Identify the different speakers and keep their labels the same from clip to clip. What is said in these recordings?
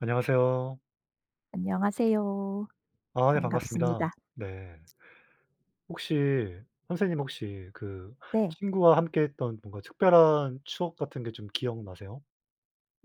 Speaker 1: 안녕하세요.
Speaker 2: 안녕하세요.
Speaker 1: 아 네, 반갑습니다.
Speaker 2: 반갑습니다.
Speaker 1: 네. 혹시 선생님, 혹시 그
Speaker 2: 네.
Speaker 1: 친구와 함께 했던 뭔가 특별한 추억 같은 게 좀 기억나세요?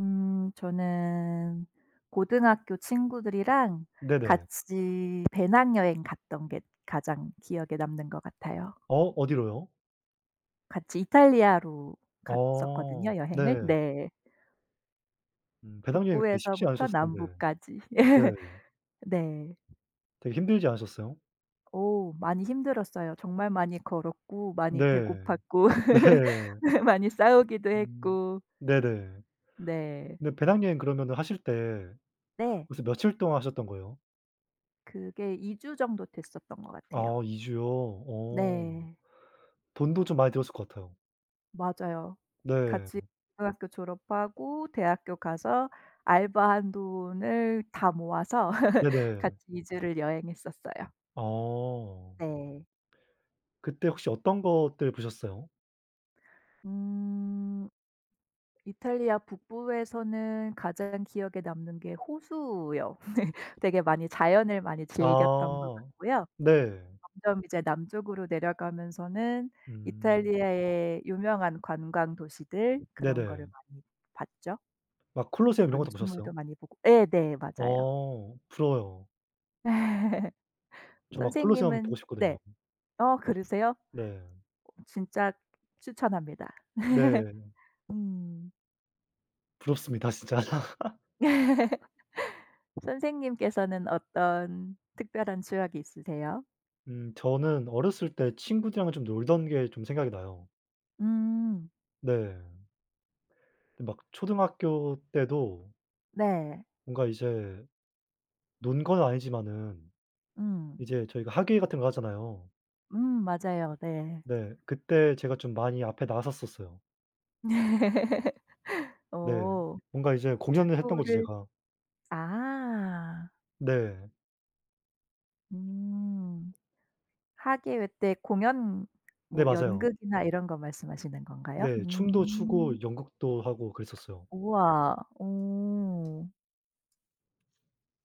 Speaker 2: 저는 고등학교 친구들이랑
Speaker 1: 네네.
Speaker 2: 같이 배낭여행 갔던 게 가장 기억에 남는 것 같아요.
Speaker 1: 어, 어디로요?
Speaker 2: 같이 이탈리아로
Speaker 1: 어
Speaker 2: 갔었거든요, 여행을.
Speaker 1: 네.
Speaker 2: 네.
Speaker 1: 배낭여행 되게 쉽지
Speaker 2: 북부에서부터
Speaker 1: 않으셨을 텐데.
Speaker 2: 남부까지.
Speaker 1: 네.
Speaker 2: 네.
Speaker 1: 되게 힘들지 않으셨어요?
Speaker 2: 오, 많이 힘들었어요. 정말 많이 걸었고 많이
Speaker 1: 네.
Speaker 2: 배고팠고
Speaker 1: 네.
Speaker 2: 많이 싸우기도
Speaker 1: 음.
Speaker 2: 했고.
Speaker 1: 네네.
Speaker 2: 네.
Speaker 1: 근데 배낭여행 그러면 하실 때
Speaker 2: 네.
Speaker 1: 그래서 며칠 동안 하셨던 거예요?
Speaker 2: 그게 2주 정도 됐었던 것 같아요.
Speaker 1: 아, 2 주요? 어.
Speaker 2: 네.
Speaker 1: 돈도 좀 많이 들었을 것 같아요.
Speaker 2: 맞아요.
Speaker 1: 네.
Speaker 2: 같이 고등학교 졸업하고 대학교 가서 알바한 돈을 다 모아서 같이
Speaker 1: 네네.
Speaker 2: 이 주를 여행했었어요.
Speaker 1: 어.
Speaker 2: 네.
Speaker 1: 그때 혹시 어떤 것들 보셨어요?
Speaker 2: 음 이탈리아 북부에서는 가장 기억에 남는 게 호수요. 되게 많이 자연을 많이 즐겼던 것
Speaker 1: 아.
Speaker 2: 같고요.
Speaker 1: 네.
Speaker 2: 점점 이제 남쪽으로 내려가면서는
Speaker 1: 음.
Speaker 2: 이탈리아의 유명한 관광 도시들 그런 거를
Speaker 1: 네네.
Speaker 2: 많이 봤죠.
Speaker 1: 막 콜로세움 이런 것도
Speaker 2: 건축물도
Speaker 1: 보셨어요?
Speaker 2: 많이 보고 예네. 맞아요.
Speaker 1: 어. 부러워요. 저 막 콜로세움 보고
Speaker 2: 선생님은 네.
Speaker 1: 싶거든요.
Speaker 2: 어 그러세요?
Speaker 1: 네.
Speaker 2: 진짜 추천합니다.
Speaker 1: 네.
Speaker 2: 음.
Speaker 1: 부럽습니다 진짜.
Speaker 2: 선생님께서는 어떤 특별한 추억이 있으세요?
Speaker 1: 저는 어렸을 때 친구들이랑 좀 놀던 게 좀 생각이 나요.
Speaker 2: 음.
Speaker 1: 네. 막 초등학교 때도
Speaker 2: 네.
Speaker 1: 뭔가 이제 논 건 아니지만은
Speaker 2: 음.
Speaker 1: 이제 저희가 학예회 같은 거 하잖아요.
Speaker 2: 음 맞아요. 네.
Speaker 1: 네. 그때 제가 좀 많이 앞에 나섰었어요. 네.
Speaker 2: 어.
Speaker 1: 뭔가 이제 공연을 했던 거죠
Speaker 2: 주도를
Speaker 1: 제가.
Speaker 2: 아.
Speaker 1: 네.
Speaker 2: 음. 학예회 때 공연
Speaker 1: 네,
Speaker 2: 뭐
Speaker 1: 맞아요.
Speaker 2: 연극이나 이런 거 말씀하시는 건가요?
Speaker 1: 네. 춤도
Speaker 2: 음.
Speaker 1: 추고 연극도 하고 그랬었어요.
Speaker 2: 우와. 오,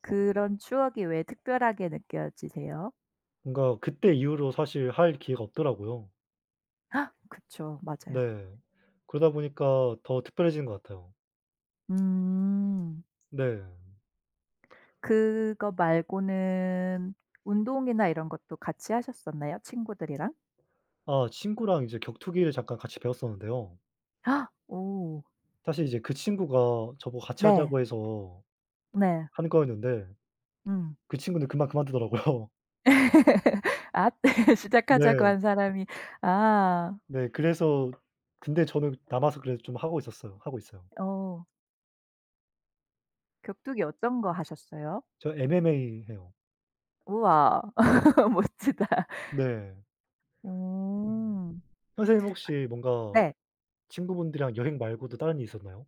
Speaker 2: 그런 추억이 왜 특별하게 느껴지세요?
Speaker 1: 뭔가 그때 이후로 사실 할 기회가 없더라고요.
Speaker 2: 아, 그쵸. 맞아요.
Speaker 1: 네. 그러다 보니까 더 특별해진 것 같아요.
Speaker 2: 음.
Speaker 1: 네.
Speaker 2: 그거 말고는 운동이나 이런 것도 같이 하셨었나요? 친구들이랑?
Speaker 1: 아, 친구랑 이제 격투기를 잠깐 같이 배웠었는데요.
Speaker 2: 아, 오.
Speaker 1: 사실 이제 그 친구가 저보고 같이
Speaker 2: 네.
Speaker 1: 하자고 해서
Speaker 2: 네.
Speaker 1: 한 거였는데
Speaker 2: 음.
Speaker 1: 그 친구는 금방 그만두더라고요.
Speaker 2: 아, 시작하자고
Speaker 1: 네.
Speaker 2: 한 사람이. 아.
Speaker 1: 네. 그래서 근데 저는 남아서 그래도 좀 하고 있었어요. 하고 있어요.
Speaker 2: 어. 격투기 어떤 거 하셨어요?
Speaker 1: 저 MMA 해요.
Speaker 2: 우와. 멋지다.
Speaker 1: 네. 음.
Speaker 2: 음.
Speaker 1: 선생님, 혹시 뭔가
Speaker 2: 네.
Speaker 1: 친구분들이랑 여행 말고도 다른 일이 있었나요?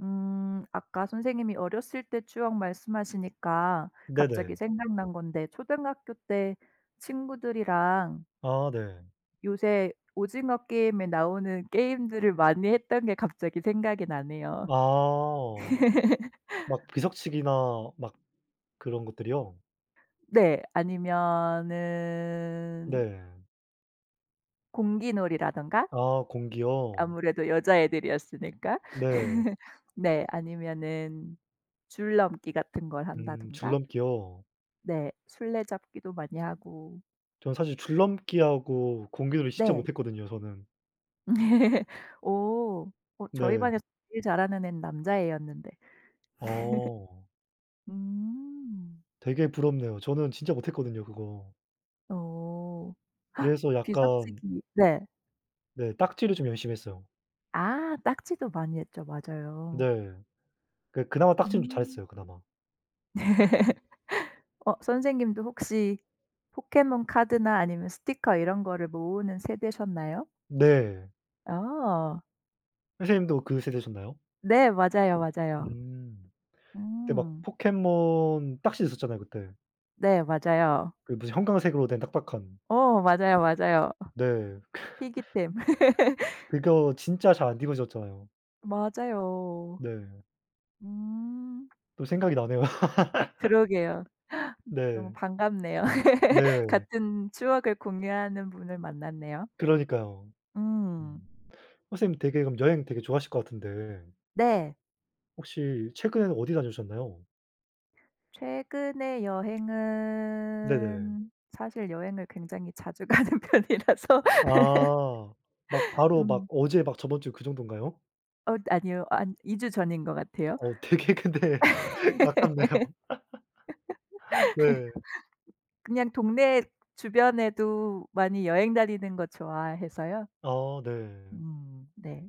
Speaker 2: 아까 선생님이 어렸을 때 추억 말씀하시니까
Speaker 1: 네네.
Speaker 2: 갑자기 생각난 건데 초등학교 때 친구들이랑
Speaker 1: 아 네.
Speaker 2: 요새 오징어 게임에 나오는 게임들을 많이 했던 게 갑자기 생각이 나네요.
Speaker 1: 아. 막 비석치기나 막 그런 것들이요?
Speaker 2: 네. 아니면은
Speaker 1: 네.
Speaker 2: 공기놀이라든가
Speaker 1: 아, 공기요?
Speaker 2: 아무래도 여자애들이었으니까.
Speaker 1: 네.
Speaker 2: 네. 아니면은 줄넘기 같은 걸 한다든가.
Speaker 1: 줄넘기요?
Speaker 2: 네. 술래잡기도 많이 하고.
Speaker 1: 저는 사실 줄넘기하고 공기놀이 진짜
Speaker 2: 네.
Speaker 1: 못했거든요 저는.
Speaker 2: 오. 저희
Speaker 1: 네.
Speaker 2: 반에서 제일 잘하는 애는 남자애였는데.
Speaker 1: 어.
Speaker 2: 음.
Speaker 1: 되게 부럽네요. 저는 진짜 못했거든요 그거.
Speaker 2: 어.
Speaker 1: 그래서 약간,
Speaker 2: 뒤섞치기 네.
Speaker 1: 네, 딱지를 좀 열심히 했어요.
Speaker 2: 아, 딱지도 많이 했죠. 맞아요.
Speaker 1: 네. 그나마 딱지는 좀
Speaker 2: 음.
Speaker 1: 잘했어요 그나마.
Speaker 2: 선생님도 혹시 포켓몬 카드나 아니면 스티커 이런 거를 모으는 세대셨나요?
Speaker 1: 네.
Speaker 2: 어.
Speaker 1: 선생님도 그 세대셨나요?
Speaker 2: 네. 맞아요, 맞아요.
Speaker 1: 음. 그때 막
Speaker 2: 음.
Speaker 1: 포켓몬 딱지 있었잖아요 그때.
Speaker 2: 네. 맞아요.
Speaker 1: 그 무슨 형광색으로 된 딱딱한.
Speaker 2: 맞아요, 맞아요.
Speaker 1: 네.
Speaker 2: 희귀템.
Speaker 1: 그거 진짜 잘 안 뒤집어졌잖아요.
Speaker 2: 맞아요.
Speaker 1: 네.
Speaker 2: 음.
Speaker 1: 또 생각이 나네요.
Speaker 2: 그러게요. 너무
Speaker 1: 네.
Speaker 2: 반갑네요.
Speaker 1: 네.
Speaker 2: 같은 추억을 공유하는 분을 만났네요.
Speaker 1: 그러니까요.
Speaker 2: 음.
Speaker 1: 음. 선생님, 되게 그럼 여행 되게 좋아하실 것 같은데
Speaker 2: 네.
Speaker 1: 혹시 최근에는 어디 다녀오셨나요?
Speaker 2: 최근의
Speaker 1: 네네.
Speaker 2: 여행은 사실 여행을 굉장히 자주 가는 편이라서.
Speaker 1: 아. 막 바로 막
Speaker 2: 음
Speaker 1: 어제 막 저번 주 그 정도인가요?
Speaker 2: 아니요. 한 2 주 전인 것 같아요.
Speaker 1: 어, 되게 근데 가깝네요. 네.
Speaker 2: 그냥 동네 주변에도 많이 여행 다니는 거 좋아해서요.
Speaker 1: 아 네.
Speaker 2: 음. 네.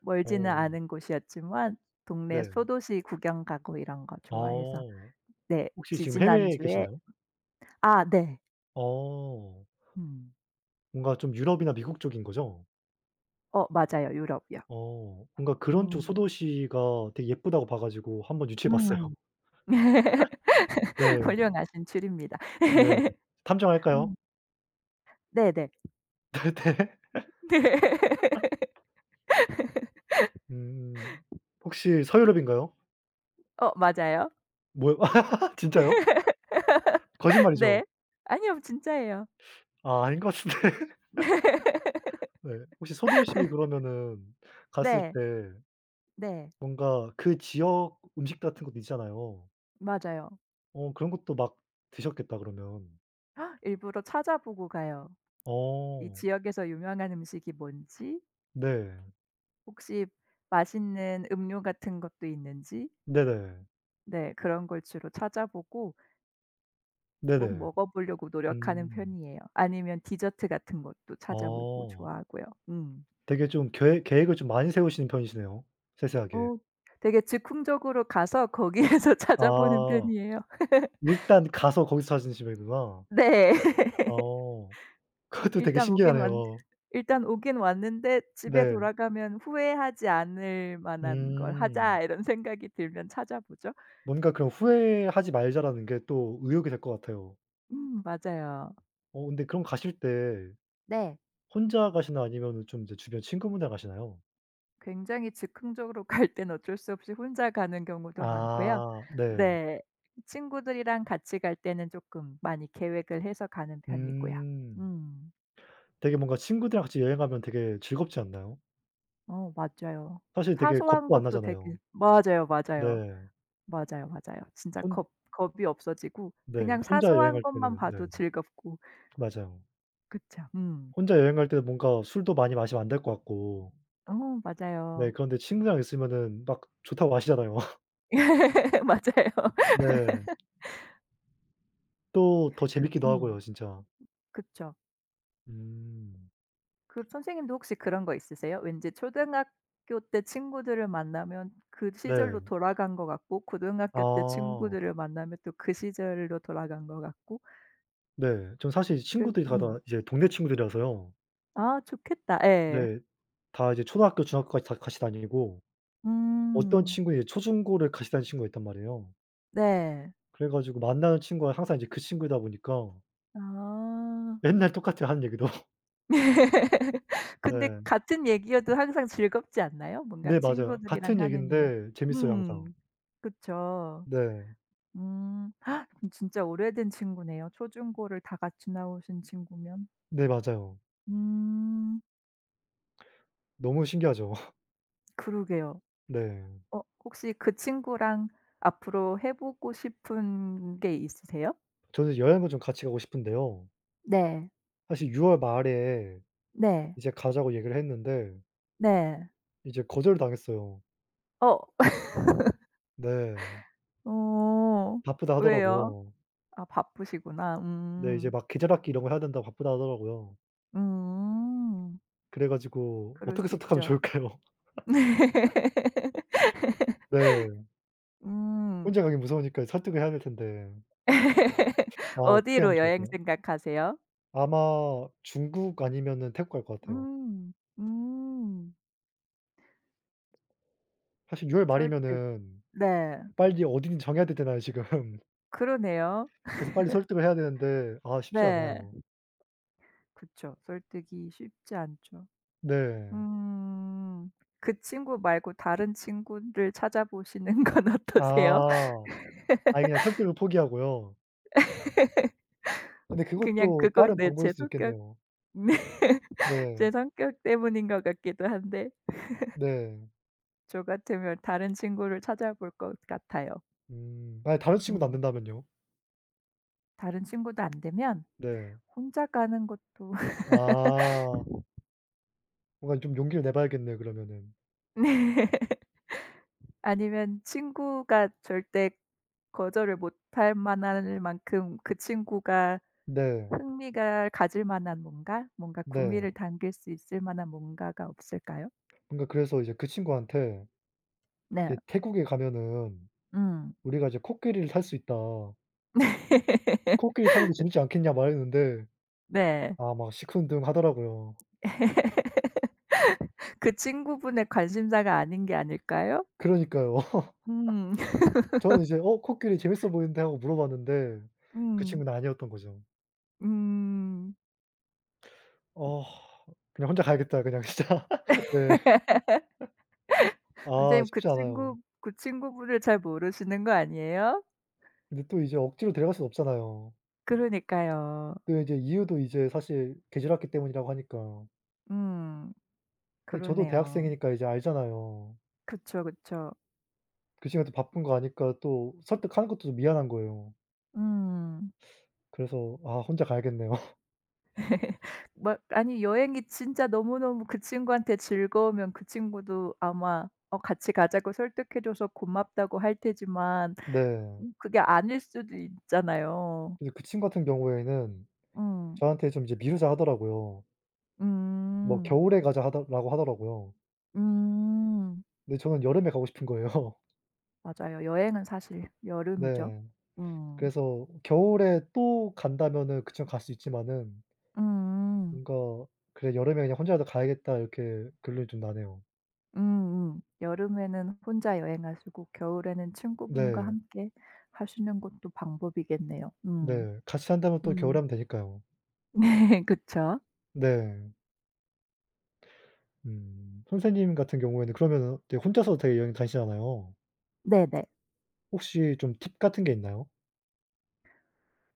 Speaker 2: 멀지는
Speaker 1: 어.
Speaker 2: 않은 곳이었지만 동네
Speaker 1: 네.
Speaker 2: 소도시 구경 가고 이런 거 좋아해서.
Speaker 1: 어.
Speaker 2: 네.
Speaker 1: 혹시 지금 해외에
Speaker 2: 지지난주에.
Speaker 1: 계시나요?
Speaker 2: 아, 네.
Speaker 1: 어.
Speaker 2: 음.
Speaker 1: 뭔가 좀 유럽이나 미국 쪽인 거죠?
Speaker 2: 맞아요. 유럽이요.
Speaker 1: 어. 뭔가 그런 쪽
Speaker 2: 음.
Speaker 1: 소도시가 되게 예쁘다고 봐 가지고 한번 유치해 봤어요.
Speaker 2: 음.
Speaker 1: 네.
Speaker 2: 훌륭하신 추리입니다.
Speaker 1: 네. 탐정할까요?
Speaker 2: 음. 네네.
Speaker 1: 네.
Speaker 2: 네.
Speaker 1: 음. 혹시 서유럽인가요?
Speaker 2: 맞아요.
Speaker 1: 뭐요? 진짜요? 거짓말이죠?
Speaker 2: 네. 아니요. 뭐 진짜예요.
Speaker 1: 아, 아닌 것 같은데. 네. 혹시 소도시 그러면은 갔을
Speaker 2: 네.
Speaker 1: 때
Speaker 2: 네.
Speaker 1: 뭔가 그 지역 음식 같은 것도 있잖아요.
Speaker 2: 맞아요.
Speaker 1: 어, 그런 것도 막 드셨겠다 그러면.
Speaker 2: 일부러 찾아보고 가요. 이
Speaker 1: 어.
Speaker 2: 지역에서 유명한 음식이 뭔지
Speaker 1: 네.
Speaker 2: 혹시 맛있는 음료 같은 것도 있는지,
Speaker 1: 네네.
Speaker 2: 네, 그런 걸 주로 찾아보고 꼭
Speaker 1: 네네.
Speaker 2: 먹어 보려고 노력하는
Speaker 1: 음.
Speaker 2: 편이에요. 아니면 디저트 같은 것도 찾아보고
Speaker 1: 어.
Speaker 2: 좋아하고요. 음.
Speaker 1: 되게 좀 계획을 좀 많이 세우시는 편이시네요, 세세하게.
Speaker 2: 어 되게 즉흥적으로 가서 거기에서 찾아보는
Speaker 1: 아.
Speaker 2: 편이에요.
Speaker 1: 일단 가서 거기서 찾으는 식이구나.
Speaker 2: 네.
Speaker 1: 어. 그것도 되게
Speaker 2: 일단 오긴 왔
Speaker 1: 신기하네요.
Speaker 2: 일단 오긴 왔는데 '집에
Speaker 1: 네.
Speaker 2: 돌아가면 후회하지 않을 만한 걸
Speaker 1: 음.
Speaker 2: 하자.' 이런 생각이 들면 찾아보죠.
Speaker 1: 뭔가 그런 '후회하지 말자.'라는 게 또 의욕이 될 것 같아요.
Speaker 2: 맞아요.
Speaker 1: 어, 근데 그럼 가실 때
Speaker 2: 네.
Speaker 1: 혼자 가시나요? 아니면은 좀 이제 주변 친구분이랑 가시나요?
Speaker 2: 굉장히 즉흥적으로 갈 땐 어쩔 수 없이 혼자 가는 경우도 많고요.
Speaker 1: 아. 네.
Speaker 2: 네. 친구들이랑 같이 갈 때는 쪼끔 많이 계획을 해서 가는 편이고요.
Speaker 1: 음.
Speaker 2: 음.
Speaker 1: 되게 뭔가 친구들이랑 같이 여행하면 되게 즐겁지 않나요?
Speaker 2: 맞아요.
Speaker 1: 사실 되게
Speaker 2: 사소한
Speaker 1: 겁도 안
Speaker 2: 것도 되게
Speaker 1: 나잖아요.
Speaker 2: 맞아요,
Speaker 1: 네.
Speaker 2: 맞아요. 맞아요, 맞아요. 진짜
Speaker 1: 혼
Speaker 2: 겁 겁이 없어지고
Speaker 1: 네.
Speaker 2: 그냥
Speaker 1: 혼자
Speaker 2: 사소한
Speaker 1: 여행할
Speaker 2: 것만
Speaker 1: 때는, 네.
Speaker 2: 봐도 즐겁고.
Speaker 1: 맞아요.
Speaker 2: 그쵸. 음.
Speaker 1: 혼자 여행할 때는 뭔가 술도 많이 마시면 안 될 것 같고,
Speaker 2: 어
Speaker 1: 네,
Speaker 2: 맞아요.
Speaker 1: 그런데 친구랑 있으면은 막 좋다고 마시잖아요.
Speaker 2: 맞아요.
Speaker 1: 네. 또 더
Speaker 2: 그
Speaker 1: 재밌기도 하고요 진짜.
Speaker 2: 그쵸.
Speaker 1: 음.
Speaker 2: 그 선생님도 혹시 그런 거 있으세요? 왠지 초등학교 때 친구들을 만나면 그
Speaker 1: 네.
Speaker 2: 시절로 돌아간 것 같고 고등학교 때
Speaker 1: 아.
Speaker 2: 친구들을 만나면 또 그 시절로 돌아간 것 같고.
Speaker 1: 네. 전 사실
Speaker 2: 그.
Speaker 1: 친구들이 다
Speaker 2: 음.
Speaker 1: 다 이제 동네 친구들이라서요.
Speaker 2: 아, 좋겠다. 예.
Speaker 1: 네. 다 이제 초등학교, 중학교까지 다 같이 다니고 어떤
Speaker 2: 음.
Speaker 1: 친구는 이제 초중고를 같이 다닌 친구가 있단 말이에요.
Speaker 2: 네.
Speaker 1: 그래 가지고 만나는 친구가 항상 이제 그 친구이다 보니까
Speaker 2: 아.
Speaker 1: 맨날 똑같아요 하는 얘기도.
Speaker 2: 근데
Speaker 1: 네.
Speaker 2: 같은 얘기여도 항상 즐겁지 않나요? 뭔가
Speaker 1: 네, 맞아요.
Speaker 2: 친구들이랑
Speaker 1: 같은
Speaker 2: 하는 이야기?
Speaker 1: 얘기인데 재밌어요
Speaker 2: 음.
Speaker 1: 항상.
Speaker 2: 그쵸.
Speaker 1: 네.
Speaker 2: 음. 진짜 오래된 친구네요. 초중고를 다 같이 나오신 친구면.
Speaker 1: 네, 맞아요.
Speaker 2: 음.
Speaker 1: 너무 신기하죠.
Speaker 2: 그러게요.
Speaker 1: 네.
Speaker 2: 혹시 그 친구랑 앞으로 해 보고 싶은 게 있으세요?
Speaker 1: 저는 여행을 좀 같이 가고 싶은데요.
Speaker 2: 네.
Speaker 1: 사실 6월 말에
Speaker 2: 네.
Speaker 1: 이제 가자고 얘기를 했는데
Speaker 2: 네.
Speaker 1: 이제 거절을 당했어요.
Speaker 2: 어.
Speaker 1: 네.
Speaker 2: 어.
Speaker 1: 바쁘다
Speaker 2: 왜요?
Speaker 1: 하더라고요.
Speaker 2: 아, 바쁘시구나.
Speaker 1: 네, 이제
Speaker 2: 음.
Speaker 1: 막 계절 학기 이런 거 해야 된다고 바쁘다 하더라고요.
Speaker 2: 음.
Speaker 1: 그래 가지고
Speaker 2: 그럴
Speaker 1: 어떻게
Speaker 2: 수
Speaker 1: 설득하면
Speaker 2: 있죠.
Speaker 1: 좋을까요?
Speaker 2: 네.
Speaker 1: 네.
Speaker 2: 음.
Speaker 1: 혼자 가긴 무서우니까 설득을 해야 될 텐데. 아, 어떻게 하면
Speaker 2: 어디로 여행
Speaker 1: 좋을까요?
Speaker 2: 생각하세요?
Speaker 1: 아마 중국 아니면은 태국 갈 것 같아요.
Speaker 2: 음. 음.
Speaker 1: 사실 6월
Speaker 2: 설득.
Speaker 1: 말이면은
Speaker 2: 네.
Speaker 1: 빨리 어디든 정해야 되잖아요 지금.
Speaker 2: 그러네요.
Speaker 1: 그래서 빨리 설득을 해야 되는데, 아, 쉽지
Speaker 2: 네.
Speaker 1: 않아요.
Speaker 2: 그쵸. 설득이 쉽지 않죠.
Speaker 1: 네.
Speaker 2: 음. 그 친구 말고 다른 친구를 찾아보시는 건 어떠세요?
Speaker 1: 아. 아예 그냥 설득을 포기하고요. 근데
Speaker 2: 그냥
Speaker 1: 그것도
Speaker 2: 그건,
Speaker 1: 빠른
Speaker 2: 네,
Speaker 1: 방법일
Speaker 2: 제
Speaker 1: 수
Speaker 2: 성격
Speaker 1: 있겠네요.
Speaker 2: 네,
Speaker 1: 네.
Speaker 2: 제 성격 때문인 것 같기도 한데
Speaker 1: 네.
Speaker 2: 저 같으면 다른 친구를 찾아볼 것 같아요.
Speaker 1: 음. 만약 다른 친구도 안
Speaker 2: 음.
Speaker 1: 된다면요?
Speaker 2: 다른 친구도 안 되면
Speaker 1: 네.
Speaker 2: 혼자 가는 것도.
Speaker 1: 아. 뭔가 좀 용기를 내 봐야겠네요 그러면은.
Speaker 2: 네. 아니면 친구가 절대 거절을 못할 만할 만큼 그 친구가
Speaker 1: 네.
Speaker 2: 흥미가 가질 만한, 뭔가 구미를
Speaker 1: 네.
Speaker 2: 당길 수 있을 만한 뭔가가 없을까요?
Speaker 1: 뭔가 그래서 이제 그 친구한테
Speaker 2: 네.
Speaker 1: 이제 "태국에 가면은
Speaker 2: 음.
Speaker 1: 우리가 이제 코끼리를 탈 수 있다. 코끼리 타는 거 재밌지 않겠냐?" 말했는데,
Speaker 2: 네.
Speaker 1: 아, 막 시큰둥 하더라고요.
Speaker 2: 그 친구분의 관심사가 아닌 게 아닐까요?
Speaker 1: 그러니까요.
Speaker 2: 음.
Speaker 1: 저는 이제 '어, 코끼리 재밌어 보이는데.' 하고 물어봤는데 그
Speaker 2: 음.
Speaker 1: 친구는 아니었던 거죠.
Speaker 2: 음.
Speaker 1: 어, 그냥 '혼자 가야겠다.' 그냥 진짜. 네. 아,
Speaker 2: 선생님, 그
Speaker 1: 쉽지 않아요.
Speaker 2: 친구 그 친구분을 잘 모르시는 거 아니에요?
Speaker 1: 근데 또 이제 억지로 데려갈 순 없잖아요.
Speaker 2: 그러니까요.
Speaker 1: 또 이제 이유도 이제 사실 계절학기 때문이라고 하니까.
Speaker 2: 음.
Speaker 1: 근데 저도
Speaker 2: 그러네요.
Speaker 1: 대학생이니까 이제 알잖아요.
Speaker 2: 그쵸, 그쵸.
Speaker 1: 그 친구가 또 바쁜 거 아니까 또 설득하는 것도 좀 미안한 거예요.
Speaker 2: 음.
Speaker 1: 그래서, 아, 혼자 가야겠네요.
Speaker 2: 막 아니 여행이 진짜 너무너무 그 친구한테 즐거우면 그 친구도 아마 같이 가자고 설득해 줘서 고맙다고 할 테지만
Speaker 1: 네.
Speaker 2: 그게 아닐 수도 있잖아요.
Speaker 1: 근데 그 친구 같은 경우에는
Speaker 2: 음.
Speaker 1: 저한테 좀 이제 미루자 하더라고요. 뭐
Speaker 2: 음.
Speaker 1: 겨울에 가자 하더라고요.
Speaker 2: 음.
Speaker 1: 근데 저는 여름에 가고 싶은 거예요.
Speaker 2: 맞아요. 여행은 사실 여름이죠.
Speaker 1: 네.
Speaker 2: 음.
Speaker 1: 그래서 겨울에 또 간다면은 그쯤 갈 수 있지만은
Speaker 2: 음.
Speaker 1: 뭔가 '그래, 여름에 그냥 혼자라도 가야겠다.' 이렇게 결론이 좀 나네요.
Speaker 2: 음음. 여름에는 혼자 여행하시고 겨울에는 친구분과
Speaker 1: 네.
Speaker 2: 함께 하시는 것도 방법이겠네요.
Speaker 1: 네.
Speaker 2: 음.
Speaker 1: 같이 산다면 또
Speaker 2: 음.
Speaker 1: 겨울에 하면 되니까요.
Speaker 2: 네. 그쵸.
Speaker 1: 네. 음. 선생님 같은 경우에는 그러면은 되게 혼자서 되게 여행 다니시잖아요.
Speaker 2: 네네.
Speaker 1: 혹시 좀 팁 같은 게 있나요?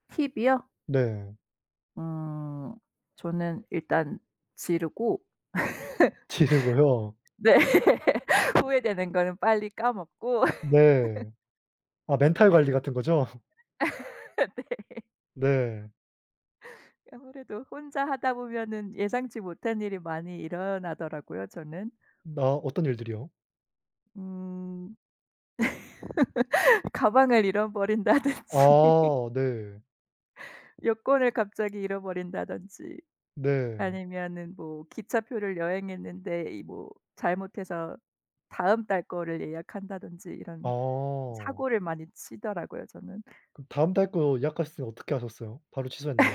Speaker 2: 팁이요?
Speaker 1: 네.
Speaker 2: 음 저는 일단 지르고.
Speaker 1: 지르고요.
Speaker 2: 네. 후회되는 거는 빨리 까먹고.
Speaker 1: 네. 아, 멘탈 관리 같은 거죠? 네.
Speaker 2: 아무래도 혼자 하다 보면은 예상치 못한 일이 많이 일어나더라고요, 저는.
Speaker 1: 나 어떤 일들이요?
Speaker 2: 음 가방을 잃어버린다든지,
Speaker 1: 아 네.
Speaker 2: 여권을 갑자기 잃어버린다든지,
Speaker 1: 네.
Speaker 2: 아니면은 뭐 기차표를 여행했는데 이 뭐 잘못해서 다음 달 거를 예약한다든지 이런
Speaker 1: 아.
Speaker 2: 사고를 많이 치더라고요, 저는.
Speaker 1: 그럼 다음 달 거 예약하셨으면 어떻게 하셨어요? 바로 취소했나요?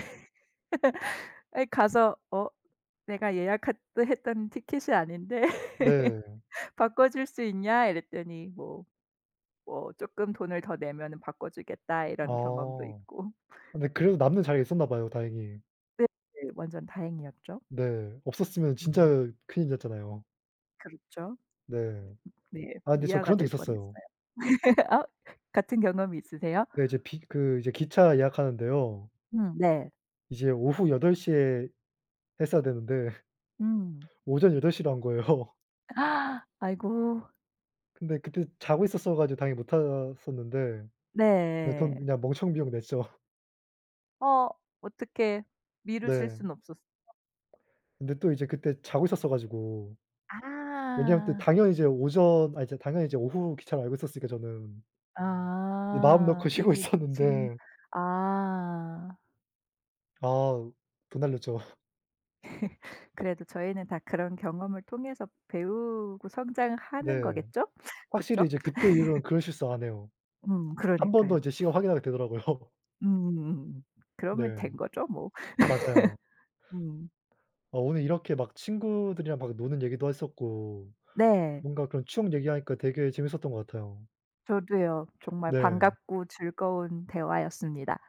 Speaker 2: 예, 가서 "어, 내가 예약했 했던 티켓이 아닌데
Speaker 1: 네.
Speaker 2: 바꿔줄 수 있냐?" 이랬더니 뭐 "쪼끔 돈을 더 내면은 바꿔주겠다." 이런 경험도
Speaker 1: 아.
Speaker 2: 있고.
Speaker 1: 근데 그래도 남는 자리가 있었나 봐요 다행히.
Speaker 2: 네. 네. 완전 다행이었죠.
Speaker 1: 네. 없었으면 진짜
Speaker 2: 음.
Speaker 1: 큰일 났잖아요.
Speaker 2: 그렇죠.
Speaker 1: 네.
Speaker 2: 네.
Speaker 1: 아, 근데 저
Speaker 2: 미아가
Speaker 1: 그런 적
Speaker 2: 될
Speaker 1: 있었어요.
Speaker 2: 뻔했어요. 아, 같은 경험이 있으세요?
Speaker 1: 네, 이제 비 그 이제 기차 예약하는데요.
Speaker 2: 음. 네.
Speaker 1: 이제 오후 8덟시에 했어야 되는데
Speaker 2: 음.
Speaker 1: 오전 8덟시로 한 거예요.
Speaker 2: 아이고.
Speaker 1: 근데 그때 자고 있었어 가지고 당연히 못 탔었는데 그냥 돈
Speaker 2: 네.
Speaker 1: 그냥 멍청 비용 냈죠.
Speaker 2: 어 어떻게 미루실
Speaker 1: 네.
Speaker 2: 순 없었.
Speaker 1: 근데 또 이제 그때 자고 있었어 가지고 왜냐면 또
Speaker 2: 아.
Speaker 1: 당연히 이제 오후 기차를 알고 있었으니까 저는. 이제 마음
Speaker 2: 아.
Speaker 1: 놓고 쉬고
Speaker 2: 이미 놓친.
Speaker 1: 있었는데,
Speaker 2: 아.
Speaker 1: 아, 돈 날렸죠.
Speaker 2: 그래도 저희는 다 그런 경험을 통해서 배우고 성장하는
Speaker 1: 네.
Speaker 2: 거겠죠? 그쵸?
Speaker 1: 확실히 이제 그때 이후로는 그런 실수 안 해요. 한 번 더
Speaker 2: 그러니까요.
Speaker 1: 이제 시간 확인하게 되더라고요.
Speaker 2: 음음. 음. 그러면
Speaker 1: 네.
Speaker 2: 된 거죠 뭐.
Speaker 1: 맞아요.
Speaker 2: 음.
Speaker 1: 아, 오늘 이렇게 막 친구들이랑 막 노는 얘기도 했었고
Speaker 2: 네.
Speaker 1: 뭔가 그런 추억 얘기하니까 되게 재밌었던 것 같아요.
Speaker 2: 저도요. 정말
Speaker 1: 네.
Speaker 2: 반갑고 즐거운 대화였습니다.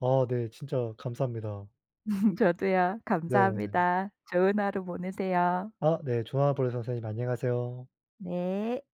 Speaker 1: 아 네. 진짜 감사합니다.
Speaker 2: 저도요.
Speaker 1: 네.
Speaker 2: 감사합니다. 좋은 하루 보내세요.
Speaker 1: 아 네. 조아 브라더 선생님, 안녕하세요.
Speaker 2: 네.